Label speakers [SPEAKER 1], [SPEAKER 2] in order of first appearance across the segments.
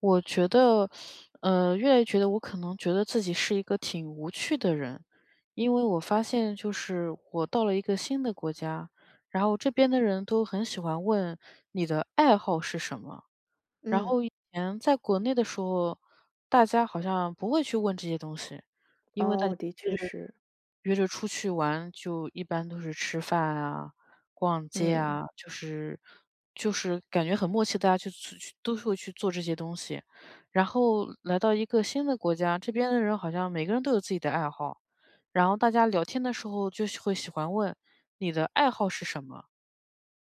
[SPEAKER 1] 我觉得，越来越觉得我可能觉得自己是一个挺无趣的人，因为我发现就是我到了一个新的国家，然后这边的人都很喜欢问你的爱好是什么，然
[SPEAKER 2] 嗯。
[SPEAKER 1] 后以前在国内的时候，大家好像不会去问这些东西，因为大家
[SPEAKER 2] 哦，的确
[SPEAKER 1] 约着
[SPEAKER 2] 是。
[SPEAKER 1] 约着出去玩，就一般都是吃饭啊、逛街
[SPEAKER 2] 嗯
[SPEAKER 1] 啊，就是感觉很默契，大家就去都是会去做这些东西。然后来到一个新的国家，这边的人好像每个人都有自己的爱好，然后大家聊天的时候就喜欢问你的爱好是什么。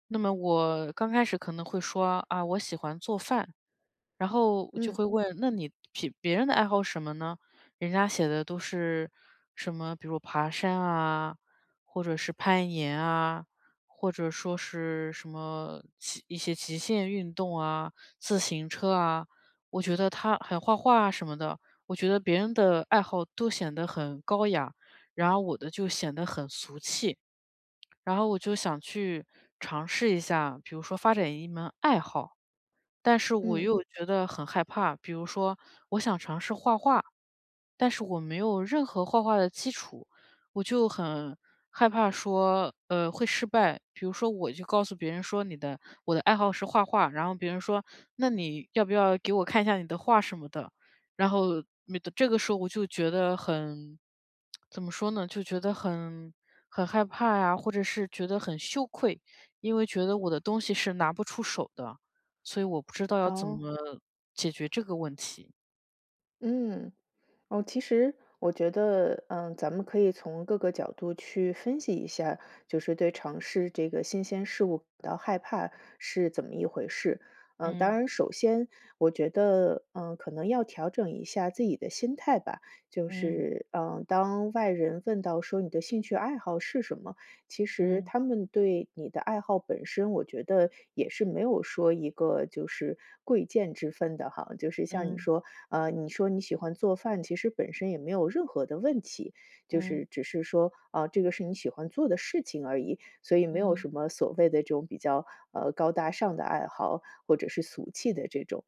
[SPEAKER 1] 那么我刚开始可能会说啊，我喜欢做饭。然后我就
[SPEAKER 2] 嗯
[SPEAKER 1] 会问："那你别人的爱好是什么呢？"人家写的都是什么，比如爬山啊，或者是攀岩啊，或者说是什么一些极限运动啊，自行车啊。我觉得他还画画啊什么的，我觉得别人的爱好都显得很高雅，然而我的就显得很俗气。然后我就想去尝试一下，比如说发展一门爱好。但是我
[SPEAKER 2] 嗯。
[SPEAKER 1] 又觉得很害怕，比如说我想尝试画画，但是我没有任何画画的基础，我就很害怕说，会失败。比如说，我就告诉别人说我的爱好是画画，然后别人说那你要不要给我看一下你的画什么的，然后没的这个时候我就觉得很怎么说呢，就觉得很害怕呀，或者是觉得很羞愧，因为觉得我的东西是拿不出手的，所以我不知道要怎么
[SPEAKER 2] 哦。
[SPEAKER 1] 解决这个问题。
[SPEAKER 2] 嗯哦，其实我觉得，咱们可以从各个角度去分析一下，就是对尝试这个新鲜事物感到害怕是怎么一回事。当
[SPEAKER 1] 嗯。
[SPEAKER 2] 然，首先我觉得，可能要调整一下自己的心态吧。就
[SPEAKER 1] 嗯
[SPEAKER 2] 是，当外人问到说你的兴趣爱好是什么，其实
[SPEAKER 1] 嗯。
[SPEAKER 2] 他们对你的爱好本身，我觉得也是没有说一个就是贵贱之分的哈。就是像你
[SPEAKER 1] 嗯
[SPEAKER 2] 说，你说你喜欢做饭，其实本身也没有任何的问题，就
[SPEAKER 1] 嗯
[SPEAKER 2] 是只是说啊、这个是你喜欢做的事情而已，所以没有
[SPEAKER 1] 嗯
[SPEAKER 2] 什么所谓的这种比较高大上的爱好或者是俗气的这种。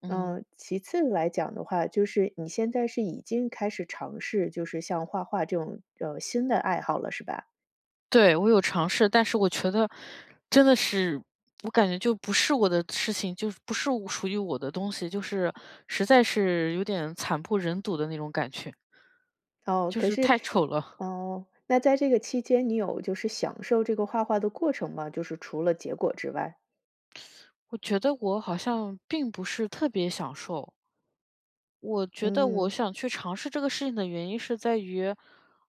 [SPEAKER 1] 嗯，
[SPEAKER 2] 其次来讲的话，就是你现在是已经开始尝试，就是像画画这种新的爱好了，是吧？
[SPEAKER 1] 对，我有尝试，但是我觉得真的是，我感觉就不是我的事情，就是不是我属于我的东西，就是实在是有点惨不忍睹的那种感觉，
[SPEAKER 2] 哦，
[SPEAKER 1] 就
[SPEAKER 2] 可
[SPEAKER 1] 是
[SPEAKER 2] 是，
[SPEAKER 1] 太丑了。
[SPEAKER 2] 哦，那在这个期间，你有就是享受这个画画的过程吗？就是除了结果之外，
[SPEAKER 1] 我觉得我好像并不是特别享受。我觉得我
[SPEAKER 2] 嗯
[SPEAKER 1] 想去尝试这个事情的原因是在于，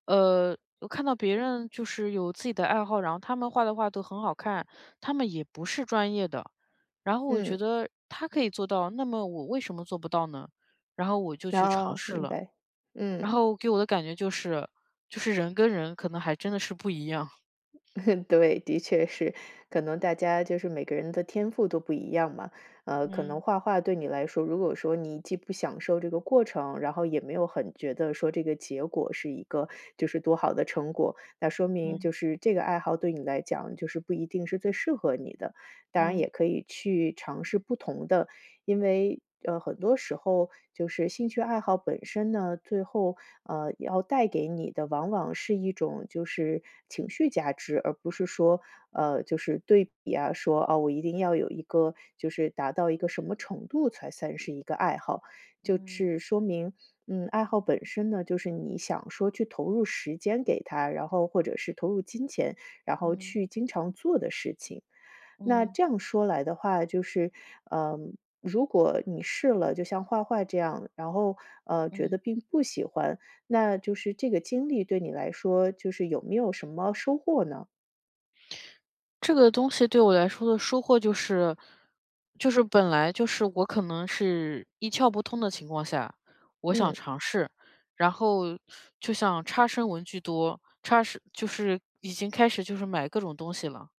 [SPEAKER 1] 呃，我看到别人就是有自己的爱好，然后他们画的画都很好看，他们也不是专业的。然后我觉
[SPEAKER 2] 嗯，
[SPEAKER 1] 得他可以做到，那么我为什么做不到呢？然后我就去尝
[SPEAKER 2] 哦，
[SPEAKER 1] 试
[SPEAKER 2] 明
[SPEAKER 1] 了，
[SPEAKER 2] 白，嗯。
[SPEAKER 1] 然后给我的感觉就是，就是人跟人可能还真的是不一样。
[SPEAKER 2] 对，的确是，可能大家就是每个人的天赋都不一样嘛。可能
[SPEAKER 1] 嗯
[SPEAKER 2] 画画对你来说，如果说你既不享受这个过程，然后也没有很觉得说这个结果是一个就是多好的成果，那说明
[SPEAKER 1] 嗯
[SPEAKER 2] 就是这个爱好对你来讲就是不一定是最适合你的。当然
[SPEAKER 1] 嗯
[SPEAKER 2] 也可以去尝试不同的，因为，很多时候就是兴趣爱好本身呢，最后要带给你的往往是一种就是情绪价值，而不是说，就是对比啊，说啊，我一定要有一个就是达到一个什么程度才算是一个爱好，就
[SPEAKER 1] 嗯
[SPEAKER 2] 是说明，爱好本身呢，就是你想说去投入时间给他，然后或者是投入金钱，然后
[SPEAKER 1] 嗯
[SPEAKER 2] 去经常做的事情。那
[SPEAKER 1] 嗯
[SPEAKER 2] 这样说来的话，就是，嗯、如果你试了，就像画画这样，然后觉得
[SPEAKER 1] 嗯，
[SPEAKER 2] 并不喜欢，那就是这个经历对你来说，就是有没有什么收获呢？
[SPEAKER 1] 这个东西对我来说的收获就是，就是本来就是我可能是一窍不通的情况下，我想
[SPEAKER 2] 嗯，
[SPEAKER 1] 尝试，然后就像差生文具多，差生就是已经开始就是买各种东西了。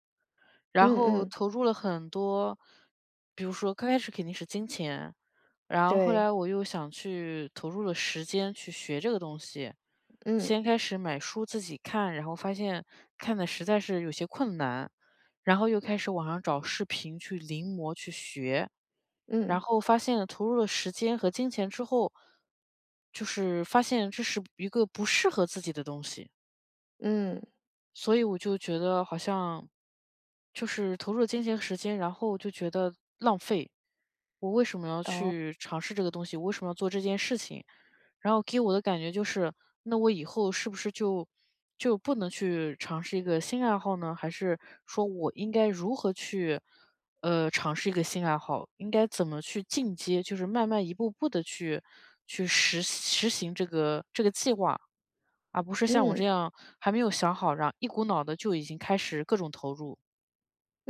[SPEAKER 1] 然
[SPEAKER 2] 嗯
[SPEAKER 1] 后
[SPEAKER 2] 嗯，
[SPEAKER 1] 投入了很多，比如说刚开始肯定是金钱，然后后来
[SPEAKER 2] 对，
[SPEAKER 1] 我又想去投入了时间去学这个东西，
[SPEAKER 2] 嗯，
[SPEAKER 1] 先开始买书自己看，然后发现看的实在是有些困难，然后又开始网上找视频去临摹去学，然
[SPEAKER 2] 嗯，
[SPEAKER 1] 后发现投入了时间和金钱之后，就是发现这是一个不适合自己的东西。
[SPEAKER 2] 嗯，
[SPEAKER 1] 所以我就觉得好像就是投入了金钱和时间，然后就觉得浪费。我为什么要去尝试这个东西？我为什么要做这件事情？然后给我的感觉就是，那我以后是不是就不能去尝试一个新爱好呢？还是说我应该如何去尝试一个新爱好？应该怎么去进阶？就是慢慢一步步的去实行这个计划。而不是像我这
[SPEAKER 2] 嗯。
[SPEAKER 1] 样还没有想好，然后一股脑的就已经开始各种投入。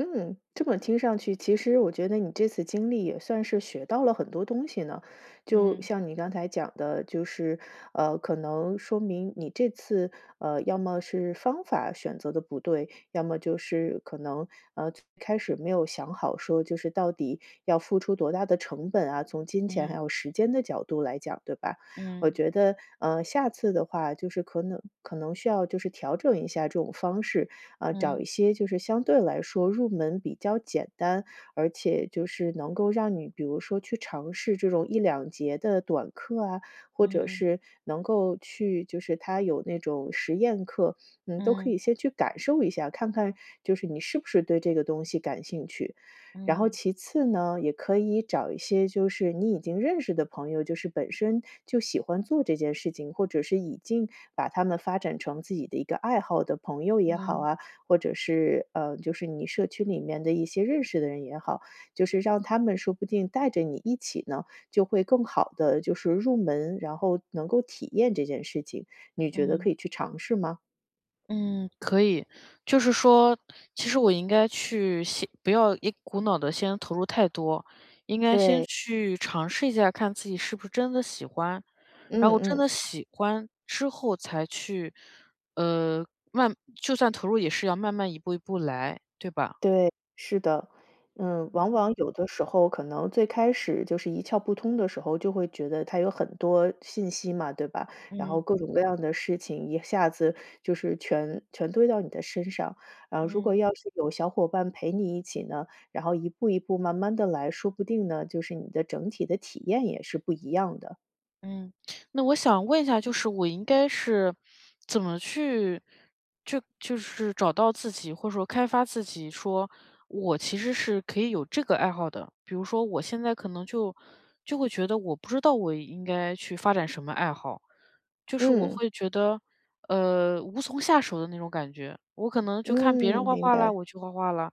[SPEAKER 2] 嗯，这么听上去，其实我觉得你这次经历也算是学到了很多东西呢。就
[SPEAKER 1] 嗯
[SPEAKER 2] 像你刚才讲的，就是可能说明你这次要么是方法选择的不对，要么就是可能最开始没有想好说，就是到底要付出多大的成本啊，从金钱还
[SPEAKER 1] 嗯
[SPEAKER 2] 有时间的角度来讲，对吧？我
[SPEAKER 1] 嗯
[SPEAKER 2] 觉得下次的话，就是可能需要就是调整一下这种方式，啊，找
[SPEAKER 1] 嗯
[SPEAKER 2] 一些就是相对来说入门比较简单，而且就是能够让你比如说去尝试这种一两节的短课啊，或者
[SPEAKER 1] 嗯
[SPEAKER 2] 是能够去就是它有那种实验课，都可
[SPEAKER 1] 嗯
[SPEAKER 2] 以先去感受一下，看看就是你是不是对这个东西感兴趣。然后
[SPEAKER 1] 嗯
[SPEAKER 2] 其次呢，也可以找一些就是你已经认识的朋友，就是本身就喜欢做这件事情，或者是已经把他们发展成自己的一个爱好的朋友也好
[SPEAKER 1] 嗯
[SPEAKER 2] 啊，或者是就是你社区里面的一些认识的人也好，就是让他们说不定带着你一起呢，就会更好的就是入门，然后能够体验这件事情，你觉得可
[SPEAKER 1] 嗯。
[SPEAKER 2] 以去尝试吗？
[SPEAKER 1] 嗯，可以。就是说，其实我应该去先不要一股脑的先投入太多，应该先
[SPEAKER 2] 对，
[SPEAKER 1] 去尝试一下，看自己是不是真的喜欢，
[SPEAKER 2] 嗯
[SPEAKER 1] 然后真
[SPEAKER 2] 嗯。
[SPEAKER 1] 的喜欢之后才去，呃，慢就算投入也是要慢慢一步一步来，对吧？
[SPEAKER 2] 对，是的。往往有的时候可能最开始就是一窍不通的时候，就会觉得它有很多信息嘛，对吧？然后
[SPEAKER 1] 嗯
[SPEAKER 2] 各种各样的事情一下子就是全堆到你的身上。然后如
[SPEAKER 1] 嗯。
[SPEAKER 2] 果要是有小伙伴陪你一起呢，然后一步一步慢慢的来，说不定呢，就是你的整体的体验也是不一样的。
[SPEAKER 1] 嗯，那我想问一下，就是我应该是怎么去就是找到自己，或者说开发自己，说我其实是可以有这个爱好的。比如说我现在可能就会觉得我不知道我应该去发展什么爱好，就是我
[SPEAKER 2] 嗯，
[SPEAKER 1] 会觉得无从下手的那种感觉。我可能就看别人
[SPEAKER 2] 嗯，
[SPEAKER 1] 画
[SPEAKER 2] 明
[SPEAKER 1] 画啦，
[SPEAKER 2] 白，
[SPEAKER 1] 我去画画啦，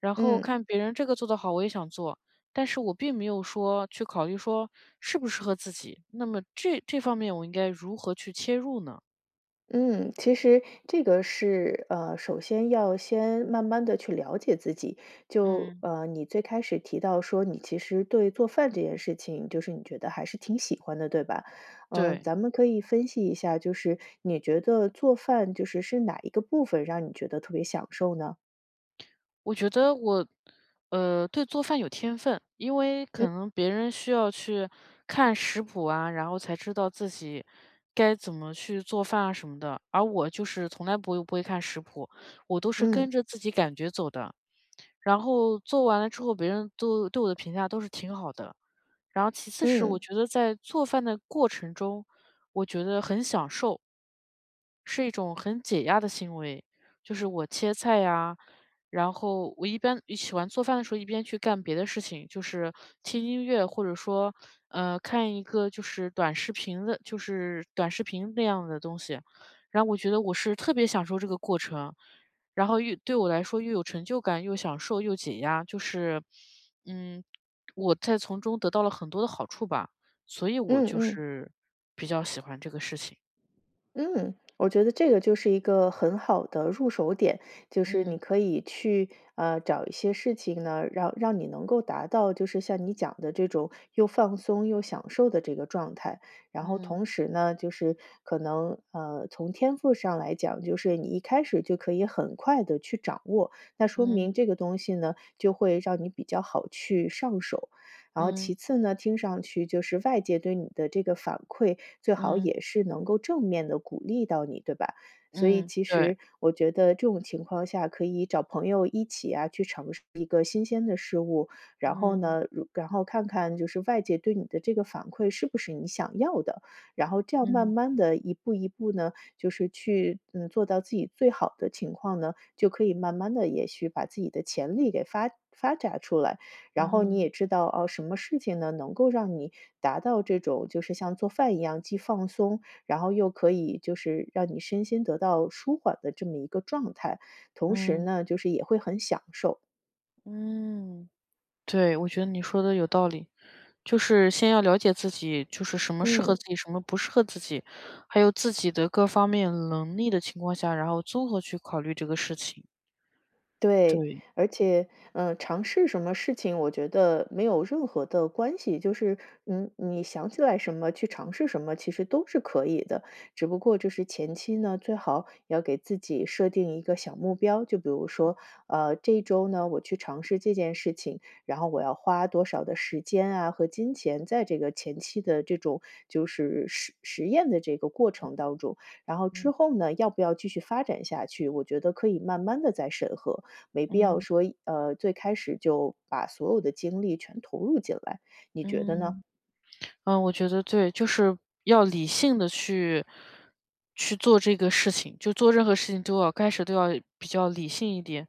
[SPEAKER 1] 然后
[SPEAKER 2] 嗯。
[SPEAKER 1] 看别人这个做得好，我也想做。但是我并没有说去考虑说适不适合自己，那么这这方面我应该如何去切入呢？
[SPEAKER 2] 嗯，其实这个是首先要先慢慢的去了解自己。就
[SPEAKER 1] 嗯。
[SPEAKER 2] 你最开始提到说，你其实对做饭这件事情，就是你觉得还是挺喜欢的，对吧？
[SPEAKER 1] 对，
[SPEAKER 2] 咱们可以分析一下，就是你觉得做饭是哪一个部分让你觉得特别享受呢？
[SPEAKER 1] 我觉得我，对做饭有天分，因为可
[SPEAKER 2] 嗯
[SPEAKER 1] 能别人需要去看食谱啊，然后才知道自己该怎么去做饭啊什么的，而我就是从来不会看食谱，我都是
[SPEAKER 2] 嗯
[SPEAKER 1] 跟着自己感觉走的，然后做完了之后别人都对我的评价都是挺好的。然后其次是我
[SPEAKER 2] 嗯
[SPEAKER 1] 觉得在做饭的过程中，我觉得很享受。是一种很解压的行为，就是我切菜呀，然后我一喜欢做饭的时候，一边去干别的事情，就是听音乐，或者说，看一个就是短视频那样的东西。然后我觉得我是特别享受这个过程，然后又对我来说又有成就感，又享受又解压，就是，嗯，我在从中得到了很多的好处吧，所以我
[SPEAKER 2] 嗯
[SPEAKER 1] 就
[SPEAKER 2] 嗯。
[SPEAKER 1] 是比较喜欢这个事情。
[SPEAKER 2] 嗯，我觉得这个就是一个很好的入手点，就是你
[SPEAKER 1] 嗯
[SPEAKER 2] 可以去找一些事情呢，让你能够达到就是像你讲的这种又放松又享受的这个状态。然后
[SPEAKER 1] 嗯。
[SPEAKER 2] 同时呢，就是可能从天赋上来讲，就是你一开始就可以很快的去掌握，那说明
[SPEAKER 1] 嗯
[SPEAKER 2] 这个东西呢就会让你比较好去上手。然后
[SPEAKER 1] 嗯
[SPEAKER 2] 其次呢，听上去就是外界对你的这个反馈，最好
[SPEAKER 1] 嗯
[SPEAKER 2] 也是能够正面的鼓励到你，对吧？所以
[SPEAKER 1] 嗯，
[SPEAKER 2] 其
[SPEAKER 1] 对。
[SPEAKER 2] 实我觉得这种情况下，可以找朋友一起啊，去尝试一个新鲜的事物，然后
[SPEAKER 1] 嗯
[SPEAKER 2] 呢，然后看看就是外界对你的这个反馈是不是你想要的，然后这样慢
[SPEAKER 1] 嗯
[SPEAKER 2] 慢的一步一步呢，就是去，做到自己最好的情况呢，就可以慢慢的也许把自己的潜力给发展出来。然后你
[SPEAKER 1] 嗯
[SPEAKER 2] 也知道哦，什么事情呢能够让你达到这种就是像做饭一样，既放松，然后又可以就是让你身心得到舒缓的这么一个状态，同时
[SPEAKER 1] 嗯
[SPEAKER 2] 呢，就是也会很享受。
[SPEAKER 1] 嗯。对，我觉得你说的有道理。就是先要了解自己，就是什么适合
[SPEAKER 2] 嗯，
[SPEAKER 1] 自己，什么不适合自己，还有自己的各方面能力的情况下，然后综合去考虑这个事情，
[SPEAKER 2] 对，
[SPEAKER 1] 对。
[SPEAKER 2] 而且，尝试什么事情，我觉得没有任何的关系，就是，你想起来什么去尝试什么，其实都是可以的。只不过就是前期呢，最好要给自己设定一个小目标，就比如说，这一周呢，我去尝试这件事情，然后我要花多少的时间啊和金钱在这个前期的这种就是实验的这个过程当中，然后之
[SPEAKER 1] 嗯
[SPEAKER 2] 后呢，要不要继续发展下去，我觉得可以慢慢的再审核。没必要
[SPEAKER 1] 嗯
[SPEAKER 2] 说，最开始就把所有的精力全投入进来，你觉得呢？
[SPEAKER 1] 嗯。嗯，我觉得对，就是要理性的去做这个事情，就做任何事情都要开始都要比较理性一点，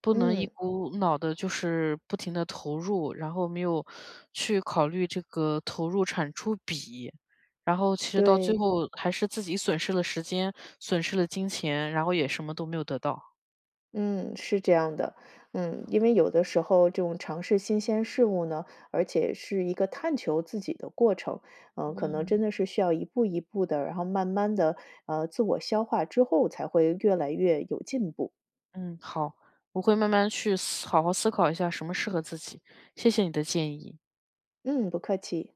[SPEAKER 1] 不能一
[SPEAKER 2] 嗯，
[SPEAKER 1] 股脑的就是不停的投入，然后没有去考虑这个投入产出比，然后其实到最
[SPEAKER 2] 对，
[SPEAKER 1] 后还是自己损失了时间，损失了金钱，然后也什么都没有得到。
[SPEAKER 2] 嗯，是这样的，因为有的时候这种尝试新鲜事物呢，而且是一个探求自己的过程，可能
[SPEAKER 1] 嗯。
[SPEAKER 2] 真的是需要一步一步的，然后慢慢的，自我消化之后，才会越来越有进步。
[SPEAKER 1] 嗯，好，我会慢慢去好好思考一下什么适合自己，谢谢你的建议。
[SPEAKER 2] 嗯，不客气。